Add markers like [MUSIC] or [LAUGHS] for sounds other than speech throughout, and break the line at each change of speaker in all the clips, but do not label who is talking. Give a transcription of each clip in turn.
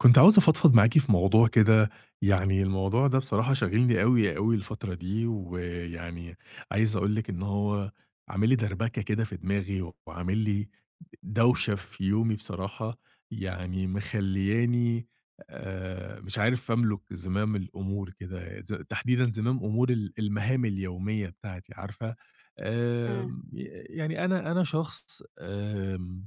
كنت عاوز أفضفض معاكِ في موضوع كده، يعني الموضوع ده بصراحة شاغلني أوي، أوي الفترة دي، ويعني عايز أقول لِك إن هو عامل لي دربكة كده في دماغي، وعامل لي دوشة في يومي بصراحة، يعني مخلّياني مش عارف أملك زمام الأمور كده، تحديدًا زمام أمور المهام اليومية بتاعتي، عارفة؟
إمم،
آمم، ي يعني أنا شخص.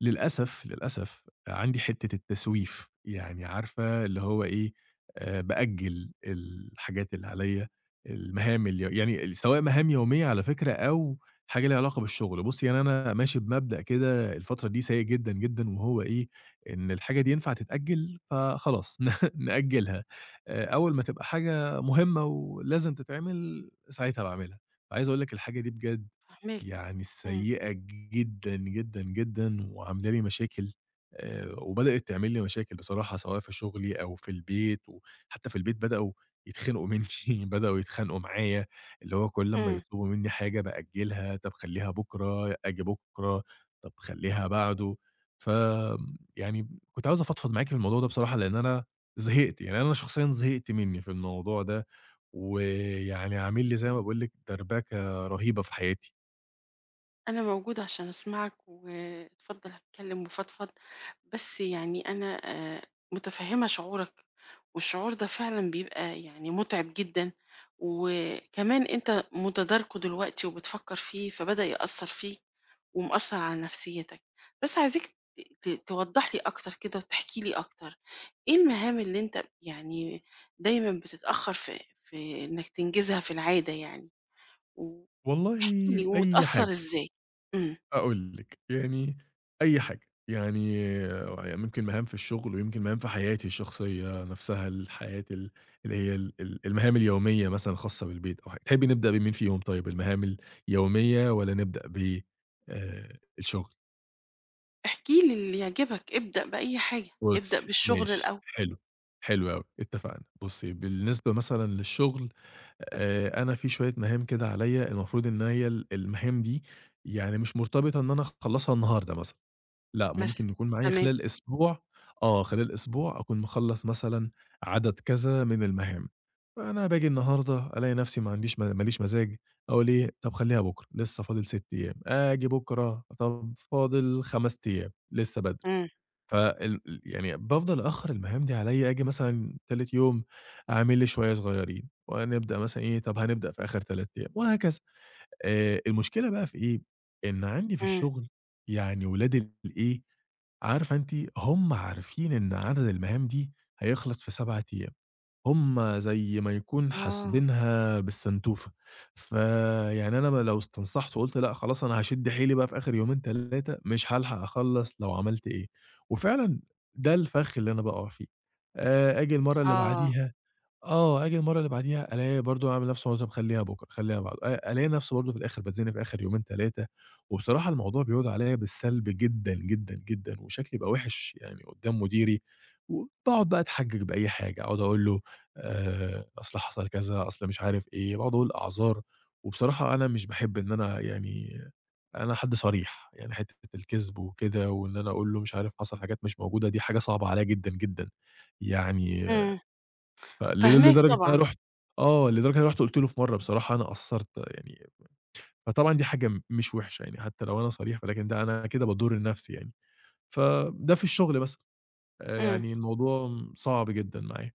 للأسف، للأسف عندي حتّة التسويف، يعني عارفة اللي هو إيه. بأجّل الحاجات اللي عليّا، المهام اليو يعني سواء مهام يومية على فكرة أو حاجة ليها علاقة بالشغل. بُصّي يعني أنا ماشي بمبدأ كده الفترة دي سيء جدًا، جدًا، وهو إيه، إن الحاجة دي ينفع تتأجّل فخلاص [LAUGHS] نأجّلها. أول ما تبقى حاجة مهمة ولازم تتعمل ساعتها باعملها، فعايز أقول لِك الحاجة دي بجد
فاهماك،
يعني
إمم،
سيئة جدًا، جدًا، جدًا وعاملة لي مشاكل. وبدأت تعمل لي مشاكل بصراحة سواء في شغلي أو في البيت، وحتى في البيت بدأوا يتخنقوا منّي، [LAUGHS] بدأوا يتخانقوا معايا، اللي هو كل أمّا
إمم،
يطلبوا منّي حاجة بأجّلها، طب خلّيها بُكرة، آجي بُكرة، طب خلّيها بعده. فآمم يعني كنت عاوز أفضفض معاكِ في الموضوع ده بصراحة لإن أنا زهقت، يعني أنا شخصيًا زهقت منّي في الموضوع ده، ويعني عامل لي زي ما باقول لِك دربكة رهيبة في حياتي.
أنا موجودة عشان أسمعك، واتفضل اتكلم وفضفض، بس يعني أنا متفهمة شعورك، والشعور ده فعلًا بيبقى يعني متعب جدًا، وكمان أنت متداركه دلوقتي وبتفكر فيه، فبدأ يأثر فيك، ومأثر على نفسيتك، بس عايزاك ت ت توضح لي أكتر كده، وتحكي لي أكتر، إيه المهام اللي أنت يعني دايمًا بتتأخر في إنك تنجزها في العادة يعني؟ و
والله
احكِ لي
أي
ومتأثّر
حاجة،
إزاي؟ إمم،
هاقول لِك، يعني أي حاجة، يعني ممكن مهام في الشغل ويمكن مهام في حياتي الشخصية نفسها، الحياة ال اللي هي ال ال المهام اليومية مثلًا الخاصة بالبيت أو حاجة، تحبي نبدأ بمين فيهم طيب، المهام اليومية والّا نبدأ ب الشغل؟
احكِ لي اللي يعجبك، ابدأ بأي حاجة، ابدأ
بُصّي
بالشغل
ماشي،
الأول
حلو، حلو أوي، اتفقنا. بُصّي بالنسبة مثلًا للشغل، أنا في شوية مهام كده عليَّ المفروض إن هي المهام دي يعني مش مرتبطة إن أنا أخلّصها النهارده مثلًا. لأ،
مثلًا،
ممكن يكون معايا
تمام،
خلال أسبوع. آه، خلال أسبوع أكون مخلّص مثلًا عدد كذا من المهام، فأنا باجي النهارده ألاقي نفسي ما عنديش ما ليش مزاج، أقول إيه، طب خلّيها بُكرة، لسه فاضل 6 أيام، آجي بُكرة، طب فاضل 5 أيام، لسه بدري،
إمم،
فال ال يعني بافضل أأخّر المهام دي عليَّ، آجي مثلًا تالت يوم أعمل لي شوية صغيّرين، ونبدأ مثلًا إيه، طب هنبدأ في آخر 3 أيام، وهكذا. المشكلة بقى في إيه، إن عندي في
إمم،
الشغل يعني ولاد الإيه، عارفة أنتِ هم عارفين إن عدد المهام دي هيخلص في 7 أيام، هم زي ما يكون
آه،
حاسبينها بالسنتوفة، فيعني أنا ما لو استنصحت وقُلت لأ خلاص أنا هاشد حيلي بقى في آخر يومين 3 مش هالحق أخلّص لو عملت إيه، وفعلًا ده الفخ اللي أنا باقع فيه. آجي المَرّة اللي
آه،
بعديها. آه، آجي المَرّة اللي بعديها ألاقي برضه أعمل نَفْس معظم خلّيها بُكرة، خلّيها بعده، ألاقي نَفْسي برضه في الآخِر باتزنق في آخِر يومين، 3. وبصراحة الموضوع بيعود عليّا بالسلب جدًا، جدًا، جدًا وشكلي بقى وِحِش يعني قُدّام مديري وباقعُد بقى أتحجِّج بأي حاجة، أقعُد أقول له أصل حصل كذا، أصل مش عارف إيه، باقعُد أقول أعذار. وبصراحة أنا مش باحب إن أنا يعني أنا حد صريح، يعني حتّة الكذب وكده وإن أنا أقول له مش عارف حصل حاجات مش موجودة، دي حاجة صعبة عليّا جدًا، جدًا. يعني
إمم،
فل
فاهماك
لدرجة إن أنا
طبعًا،
رُحت. آه، لدرجة إن أنا رُحت قُلت له في مرّة بصراحة أنا قصّرت يعني، فطبعًا دي حاجة مش وِحشة يعني حتّى لو أنا صريح، ولكن ده أنا كده باضُر نَفْسي يعني. فده في الشُغل مثلًا.
إمم.
يعني الموضوع صعب جدًا معايا.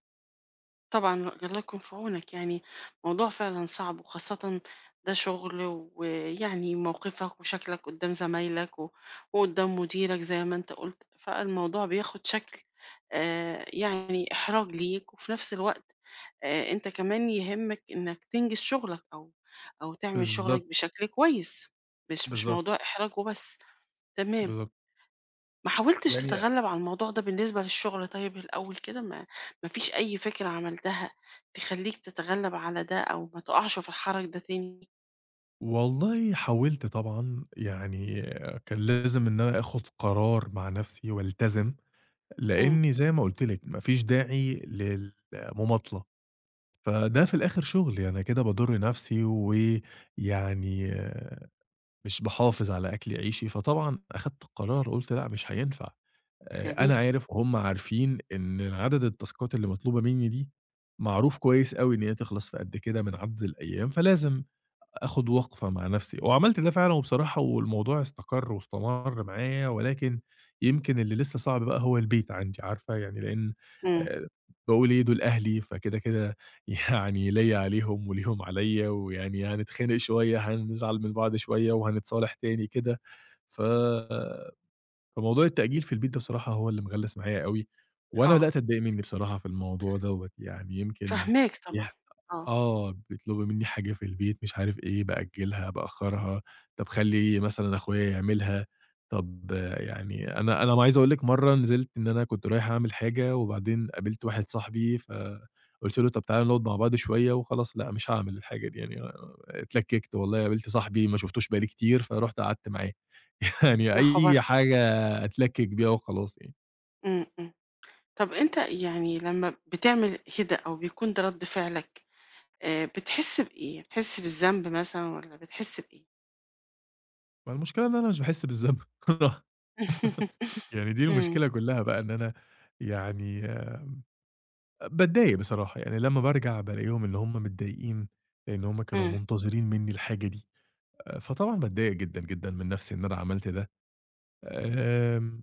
طبعًا، الله يكون في عونك، يعني موضوع فعلًا صعب، وخاصةً ده شغل ويعني موقفك وشكلك قدّام زمايلك و وقدّام مديرك زي ما أنت قُلت، فالموضوع بياخد شكل يعني إحراج ليك، وفي نفس الوقت أنت كمان يهمك إنك تنجز شغلك أو تعمل شغلك
بالضبط،
بشكل كويس، مش
بالضبط،
موضوع إحراج وبس، تمام.
بالضبط.
ما حاولتش
يعني
تتغلب على الموضوع ده بالنسبة للشغل طيب الأول كده ما فيش أي فكرة عملتها تخليك تتغلب على ده أو ما تقعش في الحرج ده تاني؟
والله حاولت طبعًا، يعني كان لازم إن أنا آخُد قرار مع نَفْسي والتزم،
إمم،
لإنّي زي ما قُلت لِك ما فيش داعي للمماطلة. فده في الآخر شغلي، أنا كده باضُر نفسي ويعني آه، مش باحافظ على أكل عيشي، فطبعًا أخدت قرار قُلت لأ مش هينفع.
جميل،
أنا عارف وهُم عارفين إن عدد التاسكات اللي مطلوبة منّي دي معروف كويس أوي إن هي تخلص في قد كده من عدد الأيام، فلازم آخُد وقفة مع نَفْسي، وعملت ده فعلًا وبصراحة والموضوع استقر واستمر معايا، ولكن يمكن اللي لسه صعب بقى هو البيت عندي عارفة، يعني لإن
إمم،
آآ باقول إيه دول أهلي فكده، كده [LAUGHS] يعني ليّا عليهم وليهم عليّا، ويعني هنتخانق شوية، هنزعل من بعض شوية، وهنتصالح تاني كده. ف فموضوع التأجيل في البيت ده بصراحة هو اللي مغلّس معايا أوي، وأنا
آه،
بدأت أتضايق منّي بصراحة في الموضوع دوّة، يعني يمكن
فاهماك طبعًا،
يح
آه،
آه، بيطلبوا منّي حاجة في البيت مش عارف إيه، بأجّلها، بأخّرها، طب خلّي مثلًا أخويا يعملها، طب آه، يعني أنا ما عايز أقول لِك مرّة نزلت إن أنا كنت رايح أعمل حاجة وبعدين قابلت واحد صاحبي، فقُلت له: "طب تعالَ نقعد مع بعض شوية." وخلاص لأ، مش هاعمل الحاجة دي يعني اتلكّكت والله، قابلت صاحبي ما شُفتوش بقى لي كتير، فرُحت قعدت معاه. [LAUGHS] يعني
يا خبر!
أي حاجة أتلكِّك بيها وخلاص يعني.
إمم، إمم، طب أنت يعني لمّا بتعمل كده أو بيكون ده رد فعلك، بتحس بإيه؟ بتحس بالذنب مثلًا والّا بتحس بإيه؟
ما المشكلة إن أنا مش باحس بالذنب [LAUGHS]
[LAUGHS]
يعني دي
إمم،
المشكلة كلّها بقى إن أنا يعني باتضايق بصراحة، يعني لمّا بارجع بالاقيهم إن هم متضايقين، لإن هم كانوا
إمم،
منتظرين منّي الحاجة دي، فطبعًا باتضايق جدًا، جدًا من نَفْسي إن أنا عملت ده. آمم،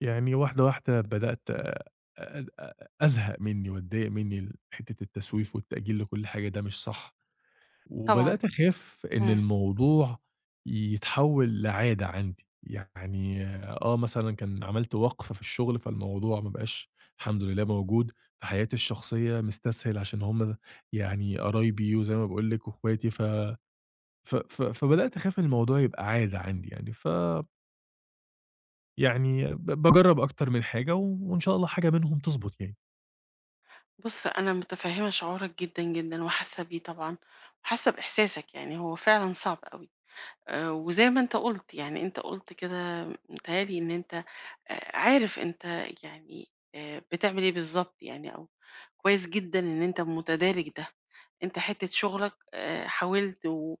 يعني واحدة، واحدة بدأت أ أ أزهق منّي وأتضايق منّي حتّة التسويف والتأجيل لكل حاجة ده مش صح.
طبعًا،
وبدأت أخاف إن
إمم.
الموضوع يتحوّل لعادة عندي، يعني آه مثلًا كان عملت وقْفة في الشغل، فالموضوع ما بقاش الحمد لله موجود في حياتي الشخصية، مستسهل عشان هم يعني قرايبي وزي ما باقول لِك وأخواتي، ف ف ف فبدأت أخاف إن الموضوع يبقى عادة عندي يعني، يعني باجرّب أكتر من حاجة و... وإن شاء الله حاجة منهم تضبط يعني.
بُص، أنا متفهّمة شعورك جدًا، جدًا وحاسة بيه طبعًا، وحاسة بإحساسك، يعني هو فعلًا صعب أوي، وزي ما أنت قُلت، يعني أنت قُلت كده متهيأ لي إن أنت عارف أنت يعني بتعمل إيه بالضبط يعني أو كويس جدًا إن أنت متدارك ده، أنت حتّة شغلك حاولت و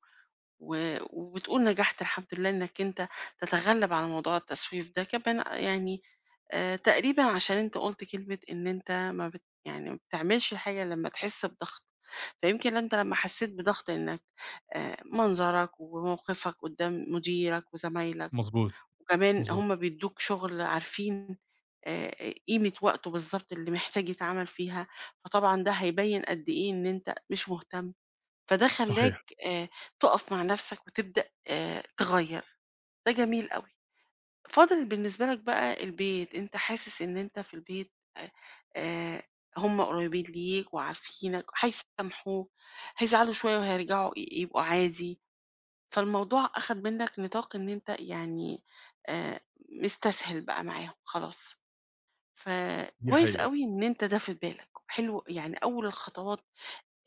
و وبتقول نجحت الحمد لله إنك أنت تتغلب على موضوع التسويف ده، كمان يعني تقريبًا عشان أنت قُلت كلمة إن أنت ما بت يعني ما بتعملش حاجة لمّا تحس بضغط، فيمكن أنت لمّا حسيت بضغط إنك منظرك وموقفك قدّام مديرك وزمايلك،
مضبوط،
وكمان
مضبوط،
هُم بيدّوك شغل عارفين آآ قيمة وقته بالضبط اللي محتاج يتعمل فيها، فطبعًا ده هيبيّن قد إيه إن أنت مش مهتم، فده خلّاك
صحيح،
آآ تُقف مع نَفْسك وتبدأ تغيّر، ده جميل أوي. فاضل بالنسبة لك بقى البيت، أنت حاسس إن أنت في البيت آآ آآ هم قريبين ليك وعارفينك، هيسامحوك، هيزعلوا شوية وهيرجعوا يبقوا عادي، فالموضوع أخد منك نطاق إن أنت يعني آآ مستسهل بقى معاهم خلاص،
دي
فكويس
حقيقة،
أوي إن أنت ده في بالك، حلو يعني أول الخطوات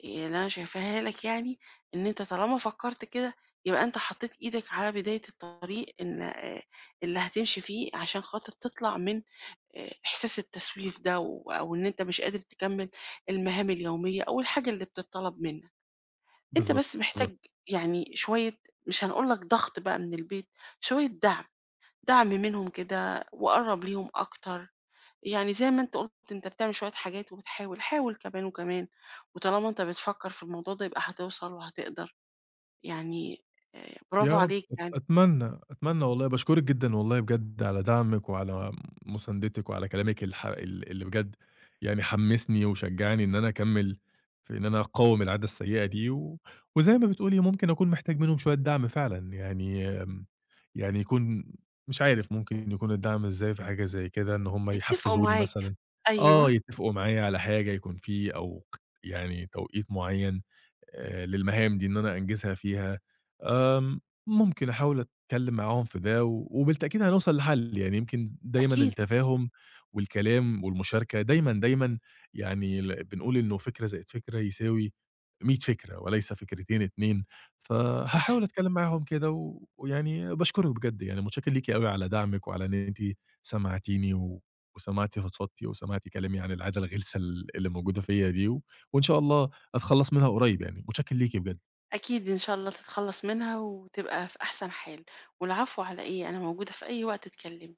إيه اللي أنا شايفاها لك يعني، إن أنت طالما فكّرت كده، يبقى أنت حطّيت إيدك على بداية الطريق إن اللي هتمشي فيه عشان خاطر تطلع من إحساس التسويف ده أو إن أنت مش قادر تكمّل المهام اليومية أو الحاجة اللي بتتطلب منّك. أنت
بالضبط،
بس
بالضبط.
محتاج يعني شوية مش هنقول لك ضغط بقى من البيت، شوية دعم، دعم منهم كده وقرّب ليهم أكتر. يعني زي ما أنت قُلت أنت بتعمل شوية حاجات وبتحاول، حاول كمان وكمان، وطالما أنت بتفكّر في الموضوع ده يبقى هتوصل وهتقدر، يعني برافو
يا رب
عليك يعني،
أتمنى، أتمنى والله، باشكرِك جدًا والله بجد على دعمِك وعلى مساندتِك وعلى كلامِك الح ال اللي بجد يعني حمّسني وشجّعني إن أنا أكمّل في إن أنا أقاوم العادة السيئة دي، و وزي ما بتقولي ممكن أكون محتاج منهم شوية دعم فعلًا، يعني يعني يكون مش عارف ممكن يكون الدعم إزاي في حاجة زي كده، إن هم
اتفقوا
يحفّزوني
معاك،
مثلًا،
أيوه،
آه، يتّفقوا معايا على حاجة يكون في أو يعني توقيت معيّن للمهام دي إن أنا أنجزها فيها. آمم ممكن أحاول أتكلّم معاهم في ده، و وبالتأكيد هنوصل لحل، يعني يمكن دايمًا
أكيد،
التفاهم والكلام والمشاركة دايمًا، دايمًا يعني بنقول إنه فكرة زائد فكرة يساوي 100 فكرة وليس فكرتين، 2،
صح،
فهاحاول أتكلّم معاهم كده و ويعني باشكرِك بجد، يعني متشكّر ليكِ أوي على دعمِك وعلى إن أنتِ سمعتيني و وسمعتِ فضفضتي وسمعتِ كلامي عن العادة الغلسة اللي موجودة فيّا دي، و وإن شاء الله أتخلّص منها قريب يعني، متشكّر ليكِ بجد.
أكيد إن شاء الله تتخلّص منها وتبقى في أحسن حال، والعفو على إيه، أنا موجودة في أي وقت تكلمني.